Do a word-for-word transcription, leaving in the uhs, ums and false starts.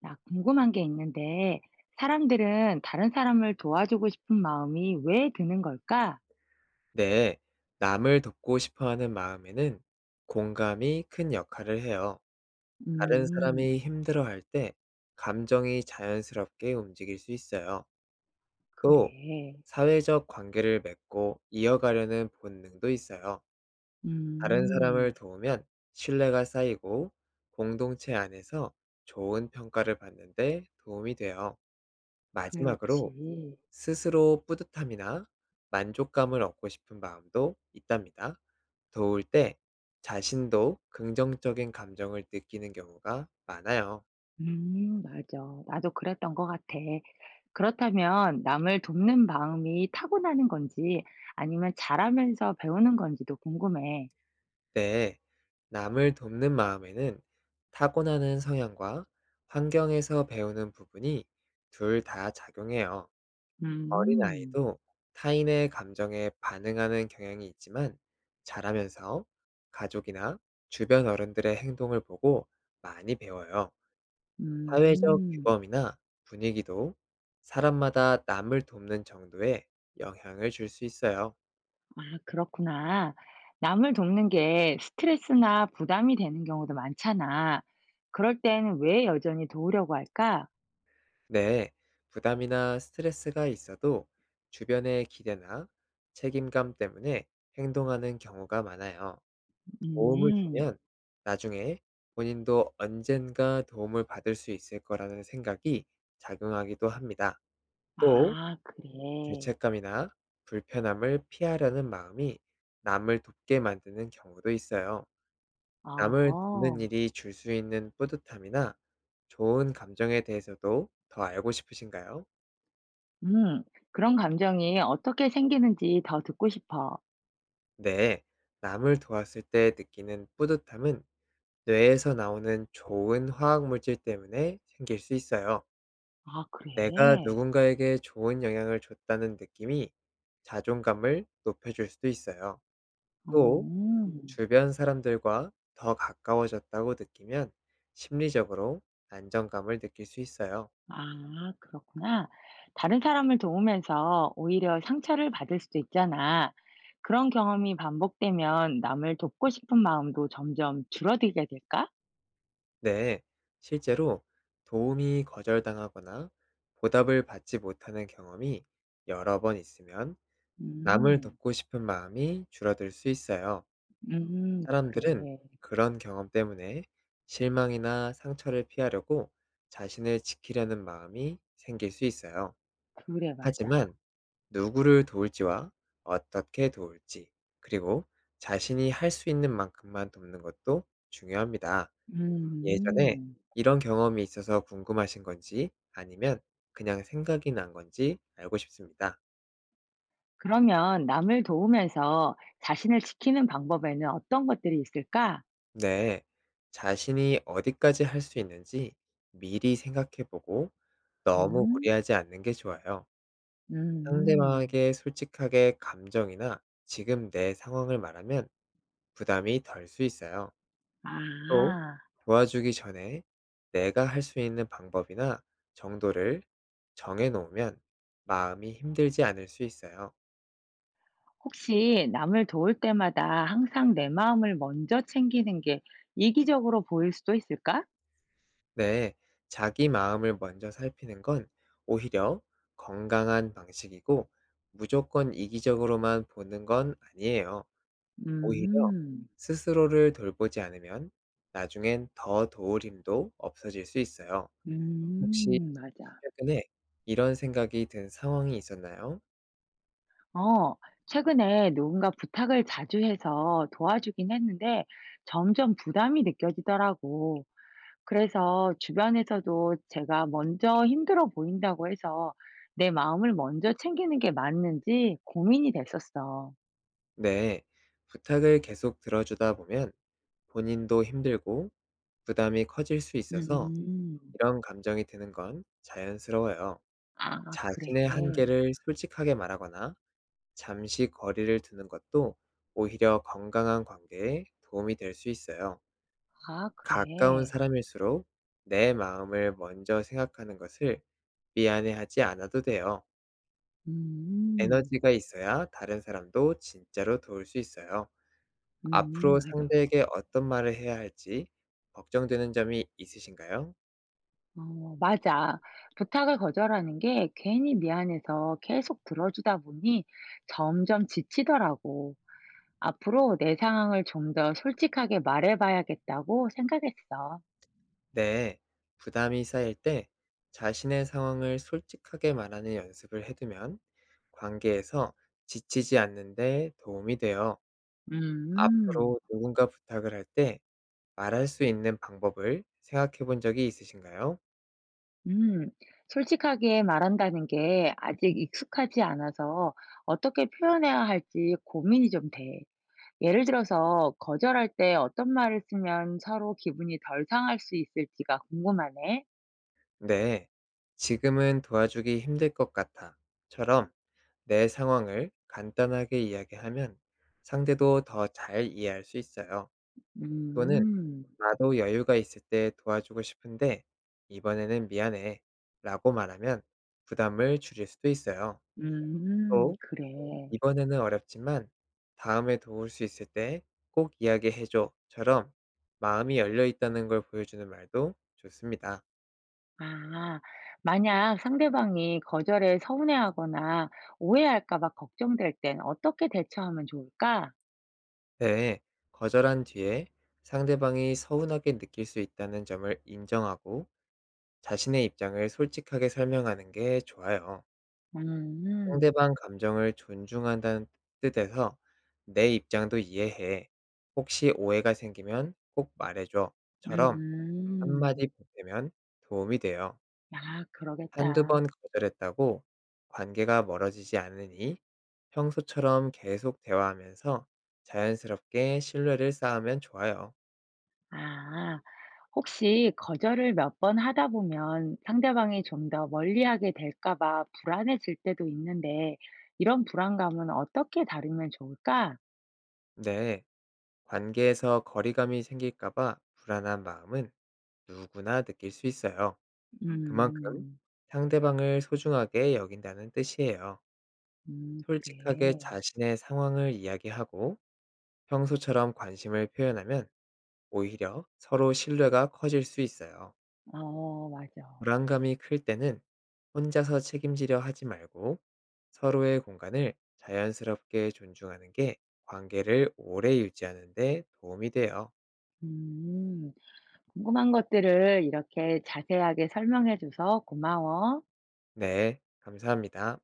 나 궁금한 게 있는데, 사람들은 다른 사람을 도와주고 싶은 마음이 왜 드는 걸까? 네, 남을 돕고 싶어 하는 마음에는 공감이 큰 역할을 해요. 다른 음, 사람이 힘들어할 때 감정이 자연스럽게 움직일 수 있어요. 또, 그래. 사회적 관계를 맺고 이어가려는 본능도 있어요. 다른 음, 사람을 도우면 신뢰가 쌓이고 공동체 안에서 좋은 평가를 받는데 도움이 돼요. 마지막으로 그렇지. 스스로 뿌듯함이나 만족감을 얻고 싶은 마음도 있답니다. 도울 때 자신도 긍정적인 감정을 느끼는 경우가 많아요. 음, 맞아. 나도 그랬던 것 같아. 그렇다면 남을 돕는 마음이 타고나는 건지 아니면 자라면서 배우는 건지도 궁금해. 네, 남을 돕는 마음에는 타고나는 성향과 환경에서 배우는 부분이 둘 다 작용해요. 음, 어린아이도 타인의 감정에 반응하는 경향이 있지만 자라면서 가족이나 주변 어른들의 행동을 보고 많이 배워요. 사회적 음. 규범이나 분위기도 사람마다 남을 돕는 정도에 영향을 줄 수 있어요. 아, 그렇구나. 남을 돕는 게 스트레스나 부담이 되는 경우도 많잖아. 그럴 땐 왜 여전히 도우려고 할까? 네, 부담이나 스트레스가 있어도 주변의 기대나 책임감 때문에 행동하는 경우가 많아요. 도움을 음. 주면 나중에 본인도 언젠가 도움을 받을 수 있을 거라는 생각이 작용하기도 합니다. 또 아, 그래. 죄책감이나 불편함을 피하려는 마음이 남을 돕게 만드는 경우도 있어요. 남을 어. 돕는 일이 줄 수 있는 뿌듯함이나 좋은 감정에 대해서도 더 알고 싶으신가요? 음. 그런 감정이 어떻게 생기는지 더 듣고 싶어. 네, 남을 도왔을 때 느끼는 뿌듯함은 뇌에서 나오는 좋은 화학물질 때문에 생길 수 있어요. 아, 내가 그래? 누군가에게 좋은 영향을 줬다는 느낌이 자존감을 높여줄 수도 있어요. 또, 음. 주변 사람들과 더 가까워졌다고 느끼면 심리적으로 안정감을 느낄 수 있어요. 아, 그렇구나. 다른 사람을 도우면서 오히려 상처를 받을 수도 있잖아. 그런 경험이 반복되면 남을 돕고 싶은 마음도 점점 줄어들게 될까? 네, 실제로 도움이 거절당하거나 보답을 받지 못하는 경험이 여러 번 있으면 남을 음, 돕고 싶은 마음이 줄어들 수 있어요. 음, 사람들은 그래. 그런 경험 때문에 실망이나 상처를 피하려고 자신을 지키려는 마음이 생길 수 있어요. 그래, 맞아. 하지만 누구를 도울지와 어떻게 도울지, 그리고 자신이 할 수 있는 만큼만 돕는 것도 중요합니다. 예전에 음, 이런 경험이 있어서 궁금하신 건지 아니면 그냥 생각이 난 건지 알고 싶습니다. 그러면 남을 도우면서 자신을 지키는 방법에는 어떤 것들이 있을까? 네. 자신이 어디까지 할 수 있는지 미리 생각해 보고 너무 음, 무리하지 않는 게 좋아요. 음, 상대방에게 솔직하게 감정이나 지금 내 상황을 말하면 부담이 덜 수 있어요. 또 아. 도와주기 전에 내가 할 수 있는 방법이나 정도를 정해 놓으면 마음이 힘들지 않을 수 있어요. 혹시 남을 도울 때마다 항상 내 마음을 먼저 챙기는 게 이기적으로 보일 수도 있을까? 네, 자기 마음을 먼저 살피는 건 오히려 건강한 방식이고 무조건 이기적으로만 보는 건 아니에요. 오히려 음. 스스로를 돌보지 않으면 나중엔 더 도울 힘도 없어질 수 있어요. 혹시 음, 맞아. 최근에 이런 생각이 든 상황이 있었나요? 어. 최근에 누군가 부탁을 자주 해서 도와주긴 했는데 점점 부담이 느껴지더라고. 그래서 주변에서도 제가 먼저 힘들어 보인다고 해서 내 마음을 먼저 챙기는 게 맞는지 고민이 됐었어. 네, 부탁을 계속 들어주다 보면 본인도 힘들고 부담이 커질 수 있어서 음. 이런 감정이 드는 건 자연스러워요. 아, 그래. 자신의 한계를 솔직하게 말하거나 잠시 거리를 두는 것도 오히려 건강한 관계에 도움이 될 수 있어요. 아, 가까운 그래. 사람일수록 내 마음을 먼저 생각하는 것을 미안해하지 않아도 돼요. 음. 에너지가 있어야 다른 사람도 진짜로 도울 수 있어요. 음, 앞으로 맞아. 상대에게 어떤 말을 해야 할지 걱정되는 점이 있으신가요? 어, 맞아. 부탁을 거절하는 게 괜히 미안해서 계속 들어주다 보니 점점 지치더라고. 앞으로 내 상황을 좀 더 솔직하게 말해 봐야겠다고 생각했어. 네, 부담이 쌓일 때 자신의 상황을 솔직하게 말하는 연습을 해두면 관계에서 지치지 않는데 도움이 돼요. 음. 앞으로 누군가 부탁을 할 때 말할 수 있는 방법을 생각해 본 적이 있으신가요? 음. 솔직하게 말한다는 게 아직 익숙하지 않아서 어떻게 표현해야 할지 고민이 좀 돼. 예를 들어서 거절할 때 어떤 말을 쓰면 서로 기분이 덜 상할 수 있을지가 궁금하네. 네, "지금은 도와주기 힘들 것 같아. 처럼 내 상황을 간단하게 이야기하면 상대도 더 잘 이해할 수 있어요. 또는 음, "나도 여유가 있을 때 도와주고 싶은데 이번에는 미안해 라고 말하면 부담을 줄일 수도 있어요. 음, 또 그래. "이번에는 어렵지만 다음에 도울 수 있을 때 꼭 이야기해줘 처럼 마음이 열려 있다는 걸 보여주는 말도 좋습니다. 아, 만약 상대방이 거절에 서운해하거나 오해할까 봐 걱정될 땐 어떻게 대처하면 좋을까? 네, 거절한 뒤에 상대방이 서운하게 느낄 수 있다는 점을 인정하고 자신의 입장을 솔직하게 설명하는 게 좋아요. 음, 음, 상대방 감정을 존중한다는 뜻에서 "내 입장도 이해해. 혹시 오해가 생기면 꼭 말해줘."처럼 음. 한마디 보태면 도움이 돼요. 아, 한두 그러겠다. 번 거절했다고 관계가 멀어지지 않으니 평소처럼 계속 대화하면서 자연스럽게 신뢰를 쌓으면 좋아요. 아, 혹시 거절을 몇 번 하다 보면 상대방이 좀 더 멀리하게 될까 봐 불안해질 때도 있는데 이런 불안감은 어떻게 다루면 좋을까? 네, 관계에서 거리감이 생길까 봐 불안한 마음은 누구나 느낄 수 있어요. 그만큼 음. 상대방을 소중하게 여긴다는 뜻이에요. 음, 솔직하게 그래. 자신의 상황을 이야기하고 평소처럼 관심을 표현하면 오히려 서로 신뢰가 커질 수 있어요. 어, 맞아. 불안감이 클 때는 혼자서 책임지려 하지 말고 서로의 공간을 자연스럽게 존중하는 게 관계를 오래 유지하는 데 도움이 돼요. 음. 궁금한 것들을 이렇게 자세하게 설명해 줘서 고마워. 네, 감사합니다.